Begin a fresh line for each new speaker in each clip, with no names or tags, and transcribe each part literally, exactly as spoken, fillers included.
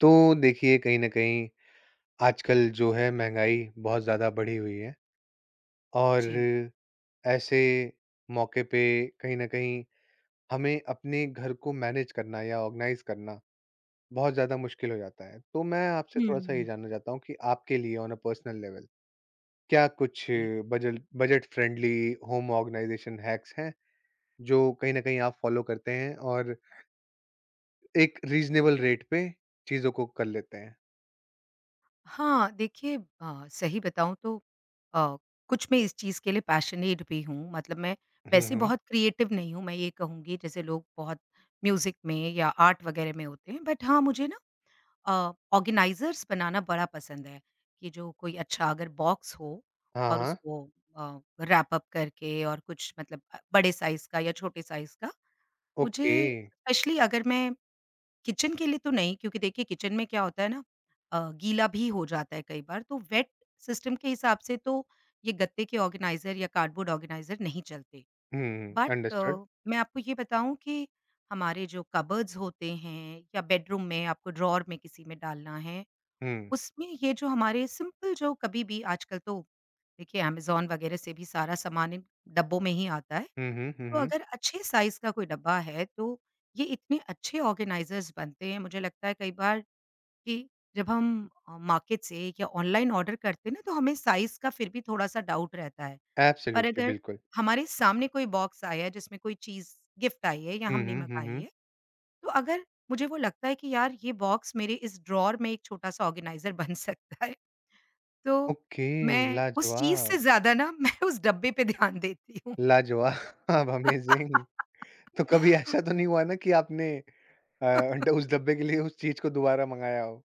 तो देखिए, कहीं न कहीं आजकल जो है महँगाई बहुत ज़्यादा बढ़ी हुई है। और
जी।
ऐसे मौके पे कहीं न कहीं हमें अपने घर को मैनेज करना या ऑर्गनाइज़ करना बहुत ज़्यादा मुश्किल हो जाता है। तो मैं आपसे थोड़ा-सा ये
हुँ।
जानना चाहता हूँ कि आपके लिए ऑन अ पर्सनल लेवल क्या कुछ
जी,
बजल budget friendly home organisation hacks हैं जो कहीं न कहीं आप फ़ॉलो करते हैं और एक रीज़नेबल
जी।
रेट पे चीज़ों को कर लेते हैं?
हाँ, देखिए अ, सही बताऊँ तो अ, कुछ मैं इस चीज़ के लिए पैशनेट भी हूँ, मतलब मैं
हुँ,
वैसे
हुँ।
बहुत क्रिएटिव नहीं हूँ, मैं ये कहूँगी जैसे लोग बहुत म्यूज़िक में या आर्ट वगैरह में होते हैं, बट हाँ, मुझे ना अ, ऑर्गेनाइज़र्स बनाना बड़ा पसंद है, कि जो कोई अच्छा अगर बॉक्स हो
हाँ,
और
हाँ।
उसको अ, रैप अप करके और कुछ मतलब अ, बड़े साइज़ का या छोटे साइज़ का।
ओके।
मुझे स्पेशली अगर मैं किचन के लिए तो नहीं, क्योंकि देखिए किचन में क्या होता है ना, अ, गीला भी हो जाता है कई बार, तो वेट सिस्टम के हिसाब से तो ये गत्ते के ऑर्गेनाइजर या कार्डबोर्ड ऑर्गेनाइजर नहीं चलते।
हुँ,
बट
अंडरस्टूड।
अ, मैं आपको ये बताऊं कि हमारे जो कबर्ड्स होते हैं या बेडरूम में आपको ड्रॉर में किसी में डालना है,
हुँ।
उसमें ये जो हमारे सिंपल, जो कभी भी आजकल तो देखिए अमेजोन वगैरह से भी सारा सामान इन डब्बों में ही आता है,
हुँ, हुँ, हुँ,
तो
हुँ।
अगर अच्छे साइज़ का कोई डब्बा है, तो ये इतने अच्छे ऑर्गेनाइज़र्स बनते हैं। मुझे लगता है कई बार कि जब हम अ, मार्केट से या ऑनलाइन ऑर्डर करते हैं ना, तो हमें साइज़ का फिर भी थोड़ा-सा डाउट रहता है। पर
एब्सोल्युटली,
अगर
बिल्कुल।
हमारे सामने कोई बॉक्स आया है, जिसमें कोई चीज़ गिफ्ट आई है या
हुँ,
हमने
हुँ, हुँ,
मँगाई
हुँ।
है, तो अगर मुझे वो लगता है कि यार, ये बॉक्स मेरे इस ड्रॉवर में एक छोटा-सा ऑर्गेनाइज़र बन सकता है, तो
ओके,
मैं उस चीज़
लाजवाब!
से ज़्यादा ना, मैं उस डब्बे पे ध्यान देती हूँ।
लाजवाब! अमेज़िंग! तो कभी ऐसा तो नहीं हुआ ना कि आपने अ, उस डब्बे के लिए उस चीज़ को दोबारा मँगाया हो?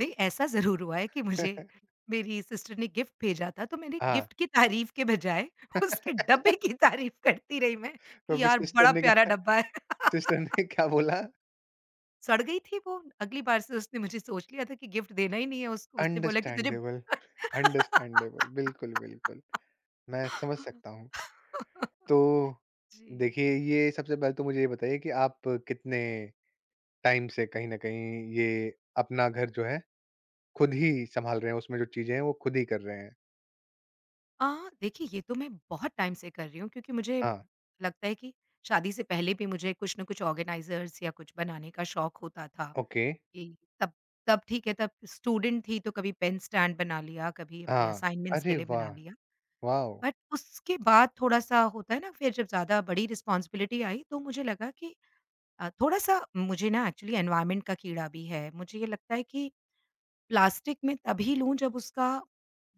नहीं, ऐसा ज़रूर हुआ है कि मुझे मेरी सिस्टर ने गिफ्ट भेजा था, तो मैंने
हाँ,
गिफ्ट की तारीफ़ के बजाय उसके डब्बे की तारीफ़ करती रही मैं,
तो
कि
फिर
यार
सिस्टर
बड़ा
ने
प्यारा
क्या
डब्बा है।
सिस्टर ने क्या बोला?
सड़ गई थी वो, अगली बार से उसने मुझे सोच लिया था कि गिफ्ट देना ही नहीं है उसको, उसने बोला कि तुझे
अंडरस्टैंडेबल, अंडरस्टैंडेबल। बिल्कुल, बिल्कुल। मैं समझ सकता हूँ। तो
जी।
देखिए, ये सबसे पहले तो मुझे ये बताइए कि आप कितने टाइम से कहीं न कहीं ये अपना घर जो है, खुद ही सँभाल रहे हैं, उसमें जो चीज़ें हैं वो खुद ही कर रहे हैं।
अ, देखिए ये तो मैं बहुत टाइम से कर रही हूँ, क्योंकि मुझे
हाँ,
लगता है कि शादी से पहले भी मुझे कुछ न कुछ ऑर्गेनाइज़र्स या कुछ बनाने का शौक होता था।
ओके,
जी, तब तब ठीक है, तब स्टूडेंट थी, तो कभी पेन स्टैंड बना लिया, कभी अपने
हाँ।
असाइनमेंट्स के
अरे
लिए बना
वाह!
लिया।
वॉव!
बट उसके बाद थोड़ा-सा होता है ना, फिर जब ज़्यादा बड़ी रिस्पॉन्सिबिलिटी आई तो मुझे लगा कि अ, थोड़ा-सा मुझे ना एक्चुअली एनवायरनमेंट का कीड़ा भी है। मुझे ये लगता है कि प्लास्टिक मैं तभी लूँ जब उसका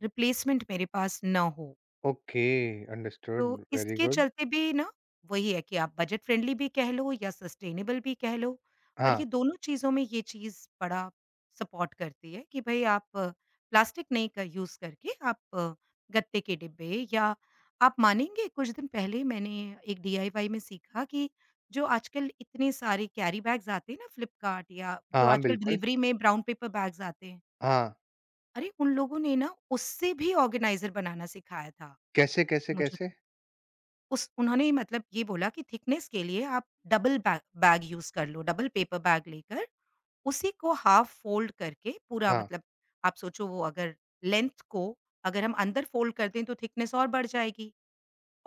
रिप्लेसमेंट मेरे पास ना हो।
ओके, अंडरस्टूड,
तो
वेरी
इसके
गुड।
चलते भी ना वही है कि आप बजट फ्रेंडली भी कह लो या सस्टेनेबल भी कह लो, और
हाँ,
ये दोनों चीज़ों में ये चीज़ बड़ा सपोर्ट करती है कि भाई आप प्लास्टिक नहीं का यूज़ करके आप अ, गत्ते के डिब्बे, या आप मानेंगे कुछ दिन पहले मैंने एक डीआईवाई में सीखा कि जो आजकल इतने सारे कैरी बैग्स आते हैं ना फ्लिपकार्ट, या
हाँ,
जो
हाँ,
आजकल
बिल्कुल।
डिलीवरी में ब्राउन पेपर बैग्स आते हैं,
हाँ,
अरे उन लोगों ने ना उससे भी ऑर्गेनाइजर बनाना सिखाया था।
कैसे, कैसे,
मुझे
कैसे?
तो उस उन्होंने ही मतलब ये बोला कि थिकनेस के लिए आप डबल बै बैग यूज़ कर लो, डबल पेपर बैग लेकर उसी को हाफ फ़ोल्ड करके पूरा,
हाँ,
मतलब आप सोचो वो अगर लेंथ को अगर हम अंदर फ़ोल्ड कर दें तो थिकनेस और बढ़ जाएगी।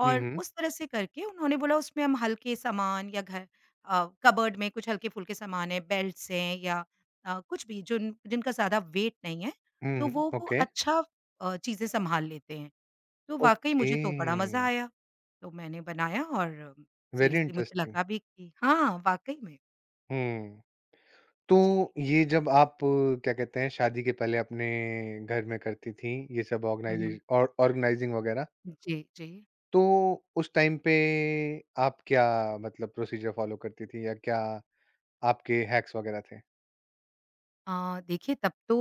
हुँ,
और
हुँ,
उस तरह से करके उन्होंने बोला उसमें हम हल्के सामान या घर अ, कबर्ड में कुछ हल्के-फुल्के सामान हैं, बेल्ट्स हैं या अ, कुछ भी जिन जिनका ज़्यादा वेट नहीं है,
हुँ,
तो
हुँ,
वो वो
ओके,
अच्छा अ, चीज़ें सँभाल लेते हैं। तो वाक़ई
ओके,
मुझे तो बड़ा मज़ा आया। तो मैंने बनाया, और
वेरी
सीरियसली मुझे
इंटरेस्टिंग।
लगा भी कि हाँ, वाक़ई में।
हुँ, तो
जी।
ये जब आप अ, क्या कहते हैं शादी के पहले अपने घर में करती थीं, ये सब
हुँ,
ऑर्गेनाइज़े
हुँ।
और ऑर्गेनाइज़िंग वगैरह,
जी, जी।
तो उस टाइम पे आप क्या मतलब प्रोसीजर फॉलो करती थी या क्या आपके हैक्स वगैरह थे?
अ, देखिए तब तो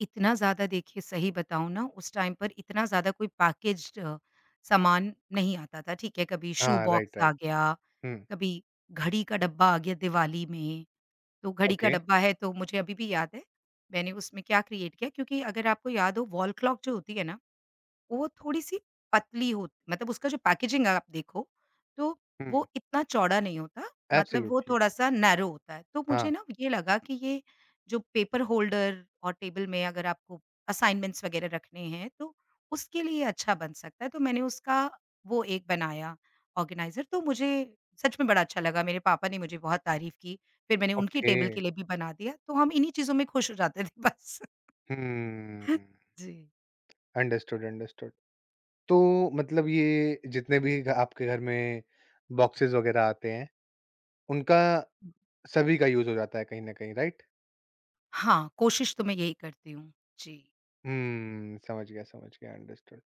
इतना ज़्यादा, देखिए सही बताऊँ ना उस टाइम पर इतना ज़्यादा कोई पैकेज्ड अ, सामान नहीं आता था, ठीक है? कभी शू
हाँ, राइट,
बॉक्स आ
राइट।
गया,
हुँ,
कभी घड़ी का डब्बा आ गया दिवाली में। तो घड़ी का
ओके।
डब्बा है तो मुझे अभी भी याद है, मैंने उसमें क्या क्रिएट किया, क्योंकि अगर आपको याद हो वॉल क्लॉक जो होती है ना, वो थोड़ी-सी पतली हो, मतलब उसका जो पैकेजिंग आप देखो, तो
हुँ,
वो इतना चौड़ा नहीं होता, मतलब वो
एब्सोल्युटली।
थोड़ा-सा नैरो होता है। तो
हाँ,
मुझे ना ये लगा कि ये जो पेपर होल्डर और टेबल में अगर आपको असाइनमेंट्स वगैरह रखने हैं, तो उसके लिए अच्छा बन सकता है। तो मैंने उसका वो एक बनाया ऑर्गेनाइज़र, तो मुझे सच में बड़ा अच्छा लगा। मेरे पापा ने मुझे बहुत तारीफ़ की, फिर मैंने उनकी
ओके।
टेबल के लिए भी बना दिया, तो हम इन्हीं चीज़ों में खुश हो जाते थे बस।
हुँ,
जी।
Understood, understood. तो मतलब ये जितने भी घ आपके घर में बॉक्सेज़ वगैरह आते हैं, उनका सभी का यूज़ हो जाता है कहीं न कहीं, राइट?
हाँ, कोशिश तो मैं यही करती हूँ। जी।
हुँ, समझ गया, समझ गया, अंडरस्टूड।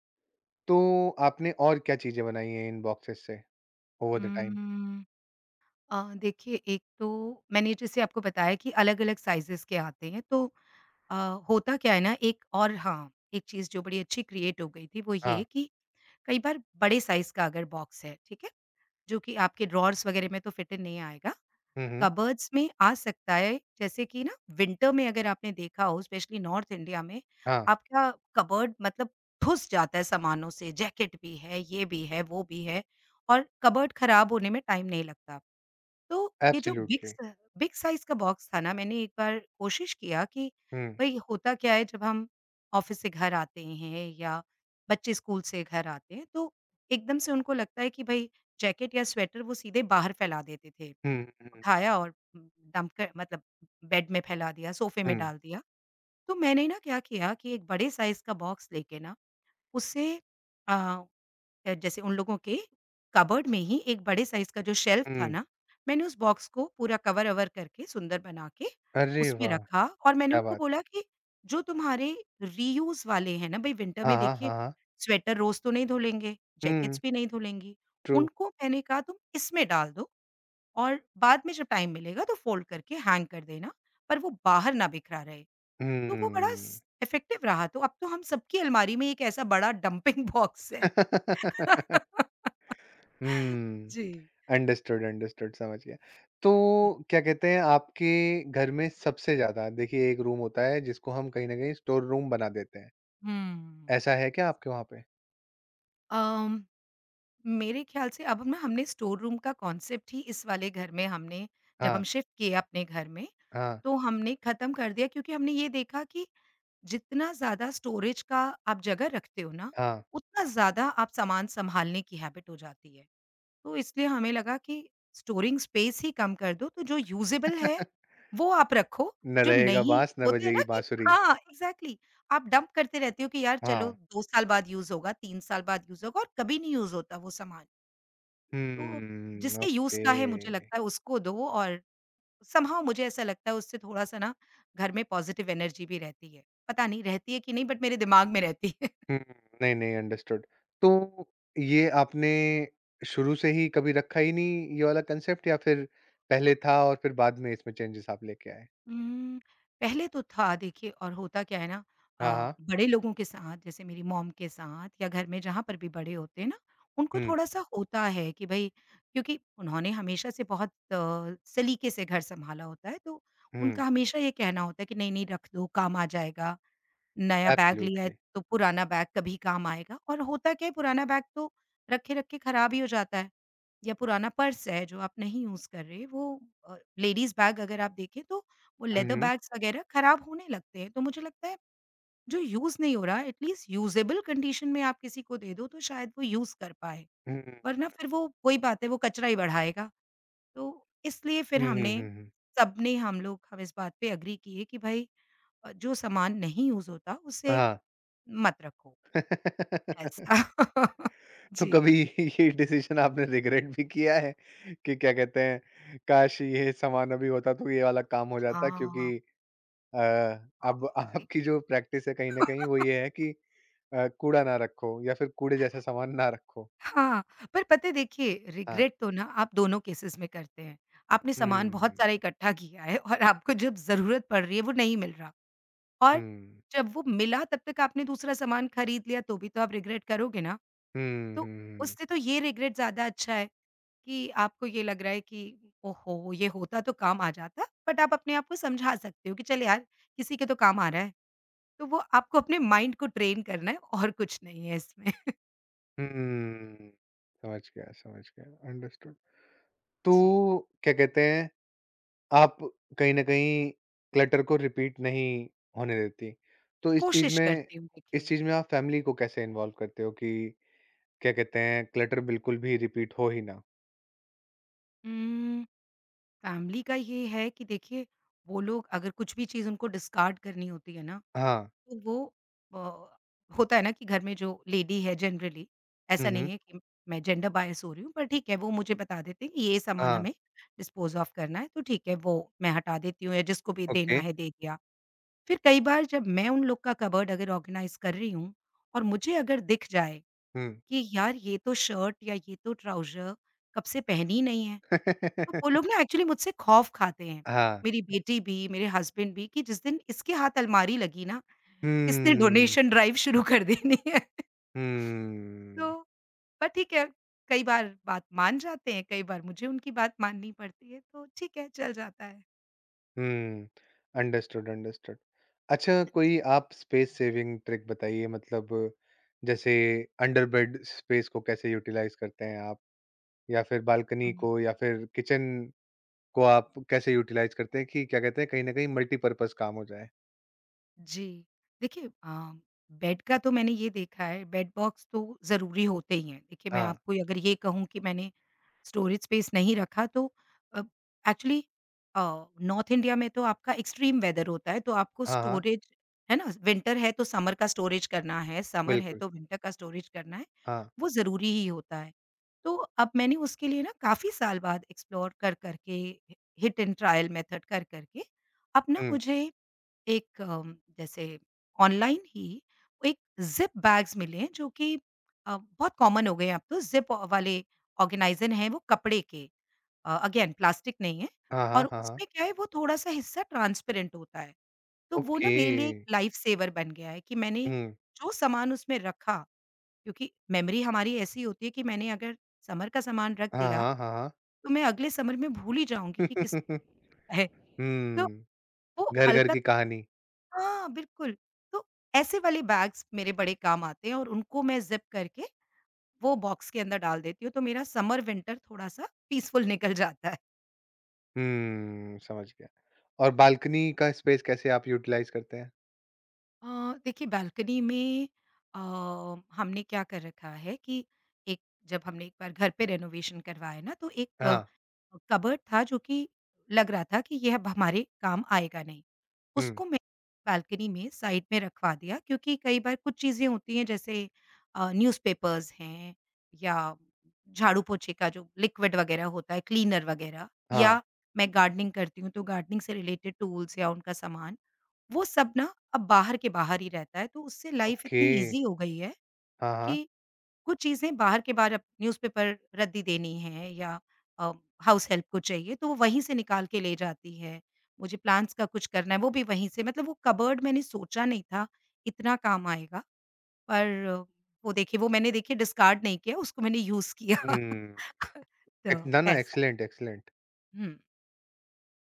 तो आपने और क्या चीज़ें बनाई हैं इन बॉक्सेज़ से ओवर द टाइम?
हुँ। अ, देखिए एक तो मैंने जैसे आपको बताया कि अलग-अलग साइज़ेज़ के आते हैं, तो अ, होता क्या है ना, एक, और हाँ, एक चीज़ जो बड़ी अच्छी क्रिएट हो गई थी वो ये
हाँ।
कि कई बार बड़े साइज़ का अगर बॉक्स है, ठीक है? जो कि आपके ड्रॉवर्स वग़ैरह में तो फिट इन नहीं आएगा।
हुँ, हुँ।
कबर्ड्स में आ सकता है, जैसे कि ना विंटर में अगर आपने देखा हो स्पेशली नॉर्थ इंडिया में,
हाँ।
आपका कबर्ड मतलब ठुस जाता है सामानों से, जैकेट भी है, ये भी है, वो भी है, और कबर्ड खराब होने में टाइम नहीं लगता। तो ये जो बिग
एब्सोल्युटली।
स बिग साइज़ का बॉक्स था ना, मैंने एक बार कोशिश किया कि
हुँ,
भई होता क्या है जब हम ऑफ़िस से घर आते हैं या बच्चे स्कूल से घर आते हैं, तो एकदम से उनको लगता है कि भई जैकेट या स्वेटर वो सीधे बाहर फैला देते थे।
हुँ, हुँ,
उठाया और डंप कर, मतलब बेड में फैला दिया, सोफ़े
हुँ,
में डाल दिया। तो मैंने ना क्या किया कि एक बड़े साइज़ का बॉक्स लेके ना उससे अ अ, जैसे उन लोगों के कबर्ड में ही एक बड़े साइज़ का जो शेल्फ़ था
हुँ।
ना, मैंने उस बॉक्स को पूरा कवर-अवर करके सुंदर बना के
अरे
उसमें
वाह!
रखा, और मैंने
क्या
उनको
बात है।
बोला कि जो तुम्हारे रीयूज़ वाले हैं ना भई, विंटर
हाँ,
में
हाँ,
देखिए
हाँ, हाँ।
स्वेटर रोज़ तो नहीं धुलेंगे,
हुँ,
जैकेट्स भी नहीं धुलेंगी।
ट्रू।
उनको मैंने कहा तुम इसमें डाल दो और बाद में जब टाइम मिलेगा तो फोल्ड करके हैंग कर देना, पर वो बाहर ना बिखरा रहे। तो वो बड़ा
हुँ।
स इफ़ेक्टिव रहा, तो अब तो हम सबकी अलमारी में एक ऐसा बड़ा डंपिंग बॉक्स
हुँ।
है। जी।
अंडरस्टूड, अंडरस्टूड समझ गया। तो क्या कहते हैं आपके घर में सबसे ज़्यादा देखिए एक रूम होता है जिसको हम कहीं न कहीं स्टोर रूम बना देते हैं।
हुँ।
ऐसा है क्या आपके वहाँ पे?
अम, मेरे ख़्याल से अब ना हमने स्टोर रूम का कॉन्सेप्ट ही इस वाले घर में, हमने जब
हाँ,
हम शिफ्ट किए अपने घर में,
हाँ,
तो हमने ख़त्म कर दिया, क्योंकि हमने ये देखा कि जितना ज़्यादा स्टोरेज का आप जगह रखते हो ना,
हाँ।
उतना ज़्यादा आप सामान सँभालने की हैबिट हो जाती है। तो इसलिए हमें लगा कि स्टोरिंग स्पेस ही कम कर दो, तो जो यूज़ेबल है वो आप रखो,
ना
जो
रहेगा
नहीं
बाँस ना
होता है
बजेगी
ना कि,
बाँसुरी।
हाँ, एग्ज़ैक्टली, आप डंप करते रहते हो कि यार चलो
हाँ।
दो साल बाद यूज़ होगा, तीन साल बाद यूज़ होगा, और कभी नहीं यूज़ होता वो सामान। तो
हुँ,
जिसके
ओके।
यूज़ का है मुझे लगता है उसको दो, और समहाउ मुझे ऐसा लगता है उससे थोड़ा-सा ना घर में पॉज़िटिव एनर्जी भी रहती है। पता नहीं रहती है कि नहीं, बट मेरे दिमाग में रहती है।
हुँ, नहीं, नहीं अंडरस्टूड। तो ये आपने शुरू से ही कभी रखा ही नहीं ये वाला कंसेप्ट, या फिर पहले था और फिर बाद में इसमें चेंजेस आप लेके आए?
हुँ। पहले तो था देखिए, और होता क्या है ना, अ,
हाँ, हाँ।
बड़े लोगों के साथ जैसे मेरी मॉम के साथ या घर में जहाँ पर भी बड़े होते हैं ना, उनको
हुँ,
थोड़ा-सा होता है कि भई, क्योंकि उन्होंने हमेशा से बहुत अ, सलीके से घर सँभाला होता है, तो
हुँ,
उनका हमेशा ये कहना होता है कि नहीं-नहीं रख दो काम आ जाएगा। नया बैग लिया है
एब्सोल्युटली।
तो पुराना बैग कभी काम आएगा, और होता क्या है पुराना बैग तो रखे-रखे खराब ही हो जाता है, या पुराना पर्स है जो आप नहीं यूज़ कर रहे वो, अ, लेडीज़ बैग अगर आप देखें तो वो
हुँ,
लेदर
हुँ।
बैग्स वगैरह खराब होने लगते हैं। तो मुझे लगता है जो यूज़ नहीं हो रहा एटलीस्ट यूज़ेबल कंडीशन में आप किसी को दे दो, तो शायद वो यूज़ कर पाए।
हुँ,
वरना फिर वो वही बात है, वो कचरा ही बढ़ाएगा। तो इसलिए फिर
हुँ, हुँ,
हमने
हुँ, हुँ।
सबने हम लोग हम इस बात पे एग्री किए कि भाई अ, जो सामान नहीं यूज़ होता उसे
हाँ।
मत रखो, ऐसा।
तो
जी।
कभी ये डिसीज़न आपने रिग्रेट भी किया है कि क्या कहते हैं, काश ये सामान अभी होता तो ये वाला काम हो जाता,
हाँ,
क्योंकि
हाँ।
अ, अब आपकी जो प्रैक्टिस है कहीं न कहीं वो ये है कि अ, कूड़ा ना रखो या फिर कूड़े जैसा सामान ना रखो।
हाँ, पर पता है, देखिए
हाँ।
रिग्रेट तो ना आप दोनों केसेस में करते हैं। आपने सामान बहुत
हुँ,
सारा इकट्ठा किया है और आपको जब ज़रूरत पड़ रही है वो नहीं मिल रहा, और
हुँ,
जब वो मिला तब तक आपने दूसरा सामान खरीद लिया, तो भी तो आप रिग्रेट करोगे ना। तो
हुँ,
उससे तो ये रिग्रेट ज़्यादा अच्छा है कि आपको ये लग रहा है कि ओहो! ये होता तो काम आ जाता बट आप अपने आप को समझा सकते हो कि चल यार किसी के तो काम आ रहा है। तो वो आपको अपने माइंड को ट्रेन करना है और कुछ नहीं है इसमें।
हुँ, हुँ। समझ गया, समझ गया, अंडरस्टूड।
जी।
तो क्या कहते हैं, आप कहीं न कहीं क्लटर को रिपीट नहीं होने देती। तो इस चीज़
कोशिश
में
करती हूँ
इस
देखिए।
चीज़ में आप फैमिली को कैसे इन्वॉल्व करते हो कि क्या कहते हैं, क्लटर बिल्कुल भी रिपीट हो ही ना?
उम, फैमिली का ये है कि देखिए वो लोग अगर कुछ भी चीज़ उनको डिस्कार्ड करनी होती है ना,
हाँ।
तो वो अ, होता है ना कि घर में जो लेडी है जनरली,
हुँ,
ऐसा नहीं
हुँ।
है कि मैं जेंडर बायस हो रही हूँ पर ठीक है वो मुझे बता देते हैं कि ये सामान
हाँ,
हमें डिस्पोज़ ऑफ करना है तो ठीक है वो मैं हटा देती हूँ या जिसको भी देना
ओके।
है दे दिया। फिर कई बार जब मैं उन लोग का कबर्ड अगर ऑर्गेनाइज़ कर रही हूँ और मुझे अगर दिख जाए
हुँ।
कि यार ये तो शर्ट या ये तो ट्राउज़र कब से पहनी ही नहीं है। तो वो लोग ना एक्चुअली मुझसे खौफ़ खाते हैं।
हाँ।
मेरी बेटी भी, मेरे हस्बैंड भी कि जिस दिन इसके हाथ अलमारी लगी ना, इसने
हुँ,
डोनेशन ड्राइव शुरू कर देनी है। तो
हुँ।
पर ठीक है, कई बार बात मान जाते हैं, कई बार मुझे उनकी बात माननी पड़ती है, तो ठीक है, चल जाता है।
हुँ। Understood, understood. अच्छा, कोई आप स्पेस सेविंग ट्रिक बताइए, मतलब जैसे अंडर बेड स्पेस को कैसे यूटिलाइज़ करते हैं आप? या फिर बालकनी
हुँ।
को या फिर किचन को आप कैसे यूटिलाइज़ करते हैं कि क्या कहते हैं कहीं न कहीं मल्टीपर्पज़ काम हो जाए?
जी। देखिए अ, बेड का तो मैंने ये देखा है, बेड बॉक्स तो ज़रूरी होते ही हैं। देखिए मैं
हाँ।
आपको अगर ये कहूँ कि मैंने स्टोरेज स्पेस नहीं रखा तो अ, एक्चुअली अ, नॉर्थ इंडिया में तो आपका एक्सट्रीम वेदर होता है, तो आपको
हाँ, हाँ।
स्टोरेज है ना, विंटर है तो समर का स्टोरेज करना है, समर है
बिल्कुल।
तो विंटर का स्टोरेज करना है,
हाँ।
वो ज़रूरी ही होता है। तो अब मैंने उसके लिए ना काफ़ी साल बाद एक्सप्लोर कर-कर के हिट एंड ट्रायल मेथड कर-कर के अब ना
हुँ।
मुझे एक अम, जैसे ऑनलाइन ही एक ज़िप बैग्स मिले हैं जो कि अ, बहुत कॉमन हो गए हैं अब तो ज़िप वाले ऑर्गेनाइज़र हैं वो कपड़े के अ, अगेन प्लास्टिक नहीं है
हाँ, हाँ,
और
हाँ, हाँ।
उसमें क्या है वो थोड़ा-सा हिस्सा ट्रांसपेरेंट होता है। तो वो ना
ओके।
मेरे लिए एक लाइफ़ सेवर बन गया है कि मैंने
हुँ।
जो सामान उसमें रखा क्योंकि मेमोरी हमारी ऐसी होती है कि मैंने अगर समर का सामान रख
हाँ,
दिया,
हाँ, हाँ, हाँ।
तो मैं अगले समर में भूल ही जाऊँगी कि किस है। तो
हुँ।
वो
घर-घर
हल्का
की कहानी।
हाँ, बिल्कुल। तो ऐसे वाले बैग्स मेरे बड़े काम आते हैं और उनको मैं ज़िप करके वो बॉक्स के अंदर डाल देती हूँ, तो मेरा समर विंटर थोड़ा-सा पीसफुल निकल जाता है।
हुँ, समझ गया। और बालकनी का स्पेस कैसे आप यूटिलाइज़ करते हैं?
अ, देखिए बालकनी में अ, हमने क्या कर रखा है कि एक जब हमने एक बार घर पे रेनोवेशन करवाया ना तो एक
हाँ,
कबर्ड था जो कि लग रहा था कि ये अब हमारे काम आएगा नहीं।
हुँ,
उसको मैं बालकनी में साइड में रखवा दिया क्योंकि कई बार कुछ चीज़ें होती हैं जैसे अ, न्यूज़पेपर्स हैं या झाड़ू पोंछे का जो लिक्विड वगैरह होता है, क्लीनर वगैरह
हाँ,
या मैं गार्डनिंग करती हूँ तो गार्डनिंग से रिलेटेड टूल्स या उनका सामान, वो सब ना अब बाहर के बाहर ही रहता है। तो उससे लाइफ़
ओके।
इतनी ईज़ी हो गई है
हाँ, हाँ,
कि कुछ चीज़ें बाहर के बाहर अब न्यूज़पेपर रद्दी देनी है या अ, हाउस हेल्प को चाहिए तो वो वहीं से निकाल के ले जाती है। मुझे प्लांट्स का कुछ करना है वो भी वहीं से मतलब वो कबर्ड मैंने सोचा नहीं था इतना काम आएगा। पर अ, वो देखिए वो मैंने देखिए डिस्कार्ड नहीं किया उसको मैंने यूज़ किया।
हुँ।
तो
एक ना, ना,
ऐसा।
Excellent, excellent.
हुँ,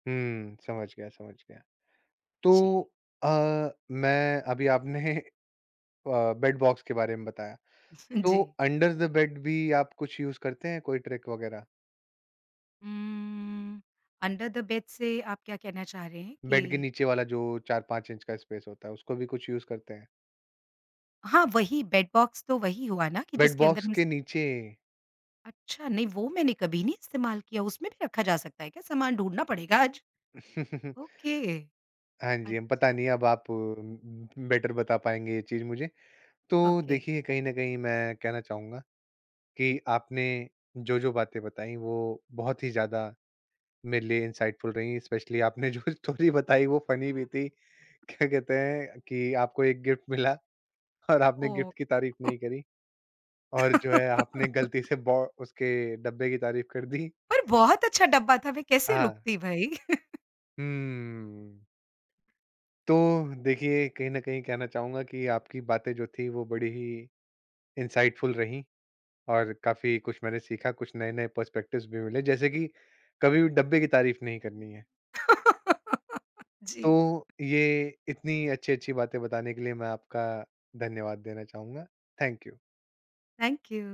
हुँ, समझ गया, समझ गया।
जी।
तो अ, मैं अभी आपने अ, बेड बॉक्स के बारे में बताया, तो
जी।
अंडर द बेड भी आप कुछ यूज़ करते हैं, कोई ट्रिक वगैरह?
उम्म, अंडर द बेड से आप क्या कहना चाह रहे हैं कि
बेड के नीचे वाला जो चार पाँच इंच का स्पेस होता है, उसको भी कुछ यूज़ करते हैं?
हाँ, वही बेड बॉक्स तो वही हुआ ना कि
बेड
जिसके अंदर
बॉक्स
हम
के नीचे।
अच्छा, नहीं वो मैंने कभी नहीं इस्तेमाल किया, उसमें भी रखा जा सकता है क्या? सामान ढूँढना पड़ेगा आज। ओके,
हाँ जी, अब पता
अच्छा,
नहीं अब आप बेटर बता पाएँगे ये चीज़ मुझे। तो
ओके,
देखिए कहीं न कहीं मैं कहना चाहूँगा कि आपने जो-जो बातें बताई वो बहुत ही ज़्यादा मेरे लिए इनसाइटफुल रहीं। स्पेशली आपने जो स्टोरी बताई वो फ़नी भी थी। क्या कहते हैं कि आपको एक गिफ्ट मिला और आपने
ओह!
गिफ्ट की तारीफ़ नहीं करी और जो है आपने गलती से बॉ उसके डब्बे की तारीफ़ कर दी।
पर बहुत अच्छा डब्बा था, मैं कैसे
हाँ,
रुकती भई?
हुँ। तो देखिए कहीं न कहीं कहना चाहूँगा कि आपकी बातें जो थी वो बड़ी ही इंसाइटफुल रहीं और काफ़ी कुछ मैंने सीखा, कुछ नए-नए पर्सपेक्टिव्स भी मिले, जैसे कि कभी भी डब्बे की तारीफ़ नहीं करनी है।
जी,
तो ये इतनी अच्छी-अच्छी बातें बताने के लिए मैं आपका धन्यवाद देना चाहूँगा। Thank you.
Thank you.